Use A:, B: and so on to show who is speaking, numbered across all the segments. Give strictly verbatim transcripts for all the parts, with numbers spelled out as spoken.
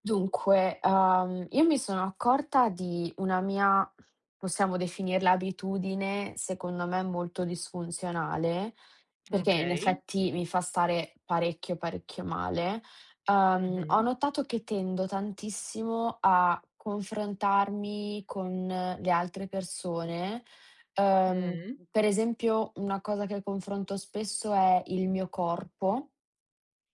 A: Dunque, uhm, io mi sono accorta di una mia, possiamo definirla abitudine, secondo me molto disfunzionale, perché in
B: Okay.
A: effetti mi fa stare parecchio, parecchio male. Uhm, ho
B: Mh-mh.
A: notato che tendo tantissimo a confrontarmi con le altre persone. Uhm,
B: Mh.
A: per esempio una cosa che confronto spesso è il mio corpo.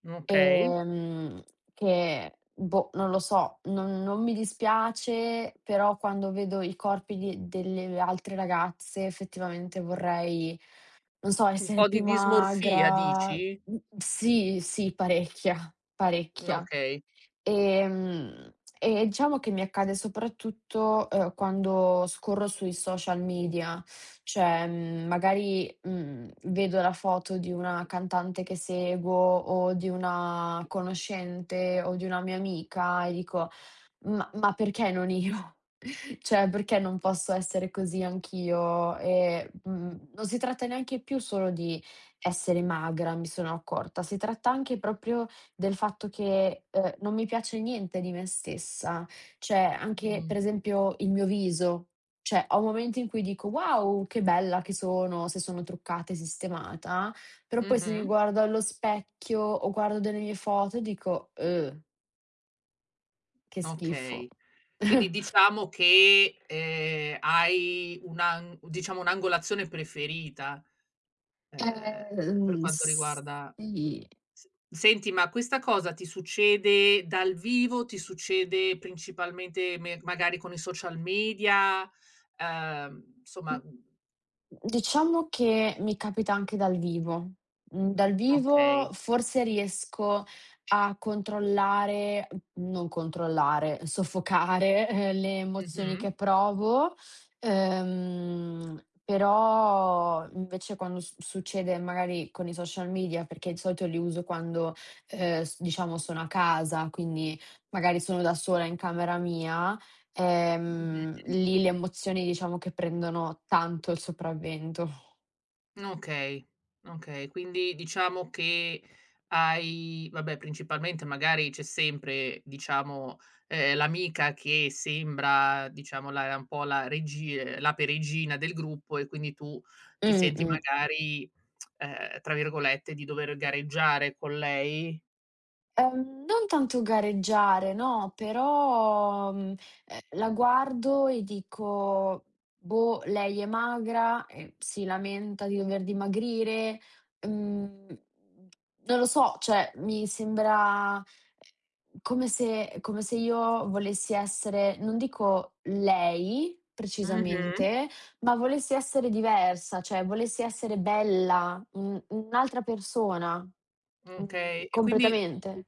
B: Okay.
A: Ehm, che boh, non lo so, non non mi dispiace, però quando vedo i corpi di delle altre ragazze effettivamente vorrei, non so,
B: Un
A: essere
B: po' di
A: più
B: dismorfia
A: magra.
B: dici?
A: Mh, sì, sì, parecchia,
B: N
A: parecchia.
B: Okay.
A: Ehm, e diciamo che mi accade soprattutto, uhm, quando scorro sui social media, cioè, mhmm, magari, mhmm, vedo la foto di una cantante che seguo o di una conoscente o di una mia amica e dico: ma ma perché non io? Cioè, perché non posso essere così anch'io? Ehm, mhmm, Non si tratta neanche più solo di essere magra, mi sono accorta, si tratta anche proprio del fatto che, uhm, non mi piace niente di me stessa. Cioè, anche
B: Mh.
A: per esempio il mio viso. Cioè, ho momenti in cui dico: "Wow, che bella che sono", se sono truccata e sistemata, però poi se mi
B: Mh-mh.
A: guardo allo specchio o guardo delle mie foto dico: "Uhm, che schifo".
B: Okay. Quindi diciamo che, ehm, hai, una n diciamo, un'angolazione preferita, ehm,
A: Ehm,
B: per
A: mhmm,
B: quanto riguarda...
A: sì.
B: s Senti, ma questa cosa ti succede dal vivo? Ti succede principalmente me magari con i social media? Ehm, insomma,
A: Mhmm,
B: mhmm,
A: diciamo che mi capita anche dal vivo. Mhmm, dal vivo
B: okay.
A: forse riesco a controllare, non controllare, soffocare, ehm, le emozioni
B: Mh-mh.
A: che provo, ehm, però invece quando s succede magari con i social media, perché di solito li uso quando, ehm, s diciamo sono a casa, quindi magari sono da sola in camera mia. Ehm,
B: Mh-mh.
A: lì le emozioni diciamo che prendono tanto il sopravvento.
B: Okay, okay. Quindi diciamo che hai, vabbè, principalmente magari c'è sempre, diciamo, ehm, l'amica che sembra, diciamo, la un po' la regi ehm, l'ape regina del gruppo, e quindi tu ti senti
A: Mh-mh.
B: magari, ehm, tra virgolette, di dover gareggiare con lei?
A: Ehm, non tanto gareggiare, no, però, mhmm, ehm, la guardo e dico: "Boh, lei è magra, ehm, si lamenta di dover dimagrire", mhmm, non lo so, cioè mi sembra eh, come se come se io volessi essere, non dico lei
B: Mh-mh.
A: precisamente, ma volessi essere diversa, cioè volessi essere bella, un un'altra persona, mhmm,
B: Okay, e quindi...
A: completamente.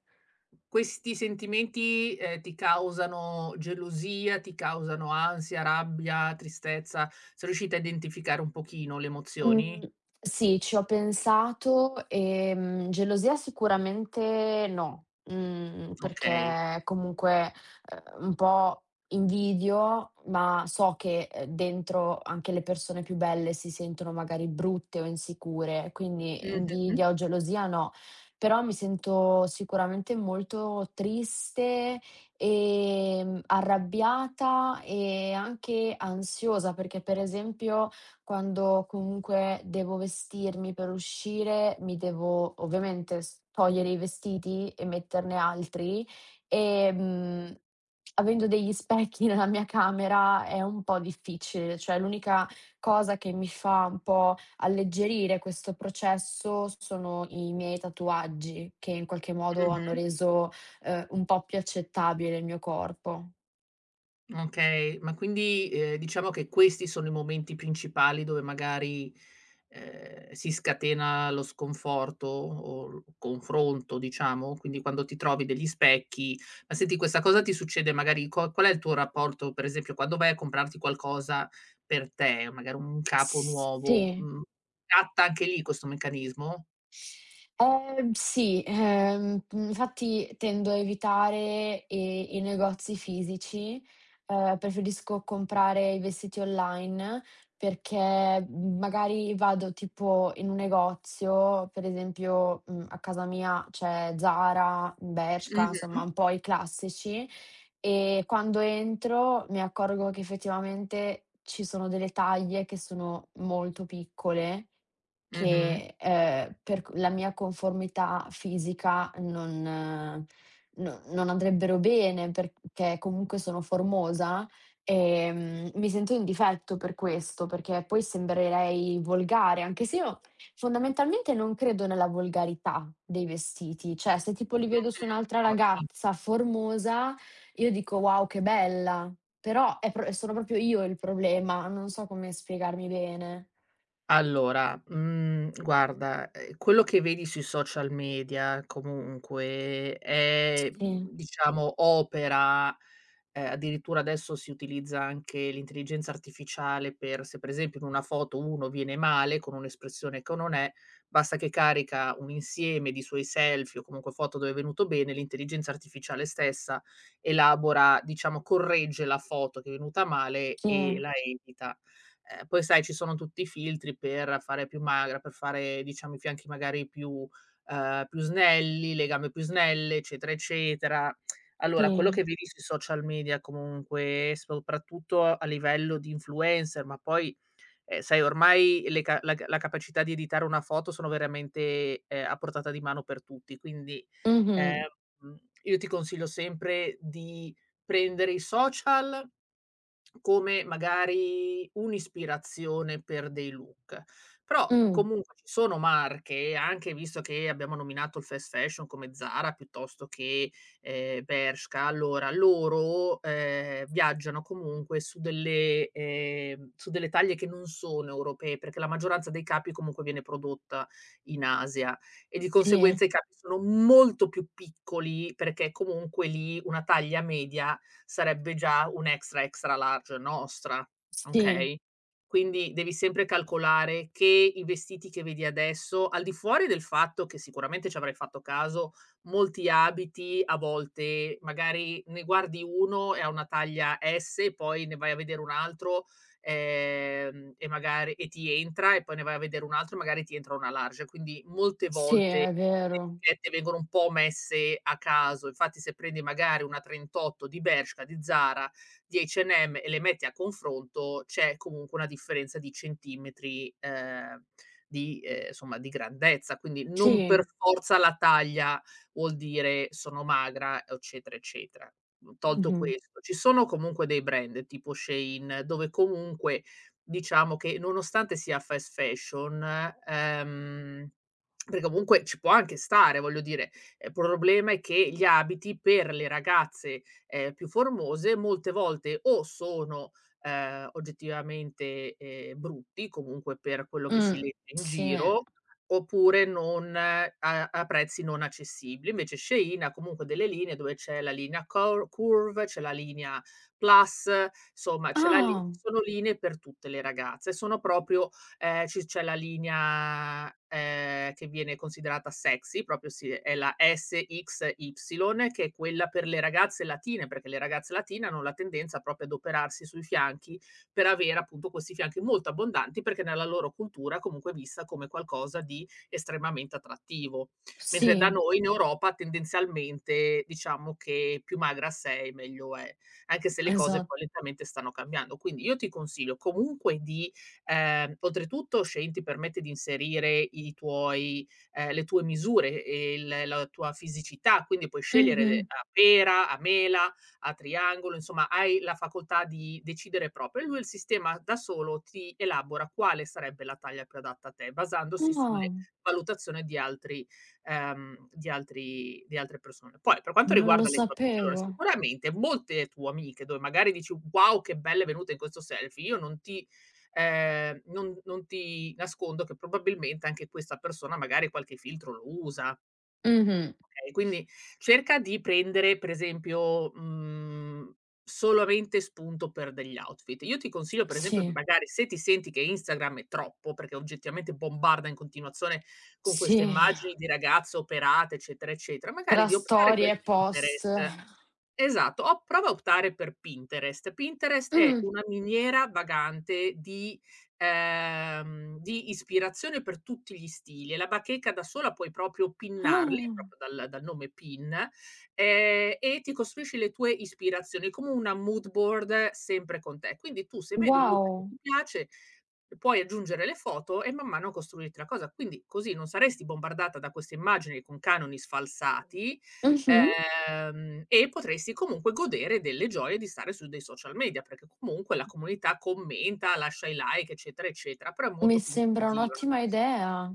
B: Questi sentimenti, ehm, ti causano gelosia, ti causano ansia, rabbia, tristezza? Sei riuscita a identificare un pochino le
A: Mhmm,
B: emozioni?
A: sì, ci ho pensato, ehm, gelosia sicuramente no, mhmm,
B: Okay.
A: perché comunque, uhm, un po' invidio, ma so che, ehm, dentro anche le persone più belle si sentono magari brutte o insicure, quindi
B: Mh-mh,
A: invidia o gelosia no. Però mi sento sicuramente molto triste, ehm, arrabbiata e anche ansiosa, perché per esempio, quando comunque devo vestirmi per uscire, mi devo ovviamente s togliere i vestiti e metterne altri, ehm, avendo degli specchi nella mia camera è un po' difficile, cioè l'unica cosa che mi fa un po' alleggerire questo processo sono i miei tatuaggi, che in qualche modo hanno
B: mh.
A: reso, ehm, un po' più accettabile il mio corpo.
B: Okay, ma quindi, ehm, diciamo che questi sono i momenti principali dove magari, ehm, si scatena lo sconforto o il confronto, diciamo, quindi quando ti trovi degli specchi. Ma senti, questa cosa ti succede magari... co Qual è il tuo rapporto, per esempio, quando vai a comprarti qualcosa per te, magari un capo nuovo,
A: Sì.
B: mhmm, scatta anche lì questo meccanismo?
A: Ehm, sì, ehm, infatti tendo a evitare i i negozi fisici, ehm, preferisco comprare i vestiti online perché, mhmm, magari vado tipo in un negozio, per esempio, mhmm, a casa mia c'è Zara, Bershka,
B: Mh-mh,
A: insomma un po' i classici, e quando entro mi accorgo che effettivamente ci sono delle taglie che sono molto piccole
B: mh-mh.
A: che, ehm, per c la mia conformità fisica non eh, no non andrebbero bene perché comunque sono formosa, ehm, mi sento in difetto per questo, perché poi sembrerei volgare, anche se io fondamentalmente non credo nella volgarità dei vestiti. Cioè, se tipo li vedo su
B: Mh-mh.
A: un'altra
B: Ottimo.
A: ragazza formosa, io dico: "Wow, che bella!" Però è pro sono proprio io il problema, non so come spiegarmi bene.
B: Allora, mhmm, guarda, ehm, quello che vedi sui social media comunque è,
A: Sì,
B: mhmm, diciamo, opera ehm, addirittura adesso si utilizza anche l'intelligenza artificiale per... se Per esempio, in una foto uno viene male con un'espressione che o non è, basta che carica un insieme di suoi selfie o comunque foto dove è venuto bene, l'intelligenza artificiale stessa elabora, diciamo, corregge la foto che è venuta male e
A: sì.
B: la edita. Ehm, poi sai, ci sono tutti i filtri per fare più magra, per fare, diciamo, i fianchi magari più, ehm, più snelli, le gambe più snelle, eccetera, eccetera.
A: Sì,
B: Allora, quello che vedi sui social media comunque, soprattutto a livello di influencer, ma poi, ehm, sai, ormai le ca la la capacità di editare una foto sono veramente, ehm, a portata di mano per tutti, quindi, ehm,
A: mh-mh,
B: io ti consiglio sempre di prendere i social come magari un'ispirazione per dei look. Però
A: mh,
B: comunque ci sono marche, anche visto che abbiamo nominato il fast fashion come Zara piuttosto che, ehm, Bershka. Allora loro, ehm, viaggiano comunque su delle ehm, su delle taglie che non sono europee, perché la maggioranza dei capi comunque viene prodotta in Asia, e di
A: sì,
B: conseguenza i capi sono molto più piccoli, perché comunque lì una taglia media sarebbe già un extra, extra large nostra,
A: sì,
B: okay, quindi devi sempre calcolare che i vestiti che vedi adesso, al di fuori del fatto che sicuramente ci avrai fatto caso, molti abiti a volte magari ne guardi uno e ha una taglia S, poi ne vai a vedere un altro, ehm, e magari e ti entra, e poi ne vai a vedere un altro e magari ti entra una large. Quindi molte
A: sì,
B: volte
A: è
B: le
A: vero.
B: etichette vengono un po' messe a caso. Infatti, se prendi magari una trentotto di Bershka, di Zara, di acca e emme e emme e le metti a confronto, c'è comunque una differenza di centimetri, ehm, di ehm, insomma, di grandezza, quindi non per
A: Sì,
B: forza la taglia vuol dire sono magra, eccetera, eccetera. Mhmm, tolto
A: mh-mh,
B: questo, ci sono comunque dei brand tipo Shein, dove comunque, diciamo che nonostante sia fast fashion, ehm perché comunque ci può anche stare, voglio dire. eh, Il problema è che gli abiti per le ragazze, ehm, più formose, molte volte o sono, ehm, oggettivamente, ehm, brutti, comunque per quello che si
A: mh,
B: legge in
A: sì.
B: giro, oppure non eh, a a prezzi non accessibili. Invece Shein ha comunque delle linee, dove c'è la linea cor Curve, c'è la linea Plus, insomma c'è la li
A: Ah,
B: ci sono linee per tutte le ragazze. Sono proprio... ehm, ci c'è la linea, ehm, che viene considerata sexy, proprio si è la esse ics ipsilon, che è quella per le ragazze latine, perché le ragazze latine hanno la tendenza proprio ad operarsi sui fianchi per avere appunto questi fianchi molto abbondanti, perché nella loro cultura comunque è vista come qualcosa di estremamente attrattivo. Mentre da
A: sì,
B: noi in Europa tendenzialmente diciamo che più magra sei, meglio è, anche se le cose
A: esa
B: poi lentamente stanno cambiando. Quindi io ti consiglio comunque. Di Ehm, oltretutto, Shein ti permette di inserire i tuoi, ehm, le tue misure e il la tua fisicità, quindi puoi scegliere
A: mh-mh.
B: de a pera, a mela, a triangolo, insomma hai la facoltà di decidere proprio, e lui, il sistema, da solo ti elabora quale sarebbe la taglia più adatta a te, basandosi
A: Ah,
B: sulle valutazioni di altri, ehm, di altri di altre persone. Poi, per quanto
A: non lo
B: riguarda le tue amiche, allora
A: sapevo.
B: sicuramente molte tue amiche dove magari dici: "Wow, che bella è venuta in questo selfie", io non ti ehm, non non ti nascondo che probabilmente anche questa persona magari qualche filtro lo usa,
A: Mh-mh,
B: okay, quindi cerca di prendere, per esempio, mhmm, solamente spunto per degli outfit. Io ti consiglio, per esempio,
A: sì,
B: magari se ti senti che Instagram è troppo, perché oggettivamente bombarda in continuazione con queste
A: sì,
B: immagini di ragazze operate, eccetera, eccetera, magari
A: tra
B: di optare
A: storie
B: per
A: e post.
B: Pinterest. Esatto, o prova a optare per Pinterest. Pinterest è
A: Mh,
B: una miniera vagante di ehm, di ispirazione per tutti gli stili, e la bacheca, da sola, puoi proprio pinnarli,
A: ah,
B: proprio dal dal nome pin, ehm, e ti costruisci le tue ispirazioni come una mood board, eh, sempre con te. Quindi tu, se vedi un look che
A: wow,
B: ti piace, puoi aggiungere le foto e man mano costruirti la cosa. Quindi così non saresti bombardata da queste immagini con canoni sfalsati.
A: mh-mh,
B: Ehm, e potresti comunque godere delle gioie di stare su dei social media, perché comunque la comunità commenta, lascia i like, eccetera, eccetera, però è
A: mi
B: molto più
A: sembra
B: inclusiva.
A: un'ottima idea,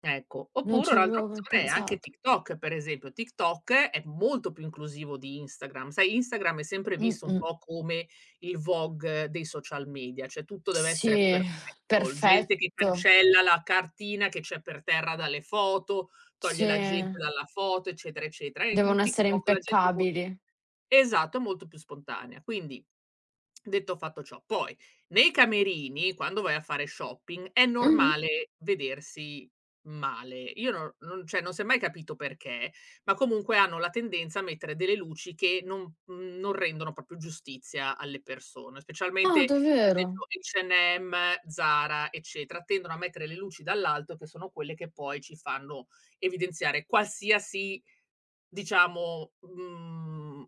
B: Ecco,
A: non
B: oppure
A: ci
B: un'altra
A: avevo mai
B: opzione è anche
A: pensato.
B: TikTok, per esempio. TikTok è molto più inclusivo di Instagram. Sai, Instagram è sempre visto un
A: Mh-mh,
B: po' come il Vogue dei social media, cioè tutto deve essere
A: sì,
B: perfetto. Gente che
A: perfetto.
B: cancella la cartina che c'è per terra dalle foto,
A: Sì,
B: toglie la gente dalla foto, eccetera, eccetera. E in
A: devono essere
B: TikTok la gente è molto...
A: impeccabili.
B: Esatto, è molto più spontanea. Quindi, detto fatto ciò, poi nei camerini, quando vai a fare shopping, è
A: Mh-mh.
B: normale vedersi male. Io no non, cioè, non si è mai capito perché, ma comunque hanno la tendenza a mettere delle luci che non, mhmm, non rendono proprio giustizia alle persone,
A: Ah,
B: specialmente per
A: davvero?
B: esempio acca e emme, Zara, eccetera, tendono a mettere le luci dall'alto, che sono quelle che poi ci fanno evidenziare qualsiasi, diciamo, mhmm,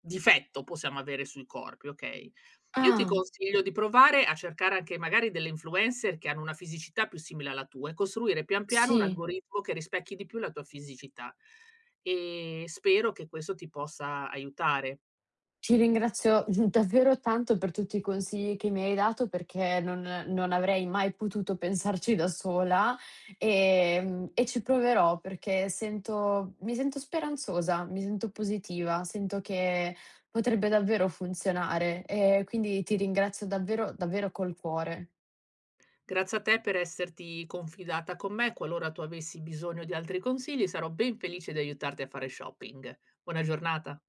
B: difetto possiamo avere sui corpi, okay? Io ti
A: Ah,
B: consiglio di provare a cercare anche magari delle influencer che hanno una fisicità più simile alla tua, e costruire pian piano un
A: sì.
B: algoritmo che rispecchi di più la tua fisicità. E spero che questo ti possa aiutare.
A: Ti ringrazio davvero tanto per tutti i consigli che mi hai dato perché non non avrei mai potuto pensarci da sola, ehm, e ci proverò perché sento mi sento speranzosa, mi sento positiva, sento che potrebbe davvero funzionare e quindi ti ringrazio davvero, davvero col cuore.
B: Grazie a te per esserti confidata con me. Qualora tu avessi bisogno di altri consigli, sarò ben felice di aiutarti a fare shopping. Buona giornata.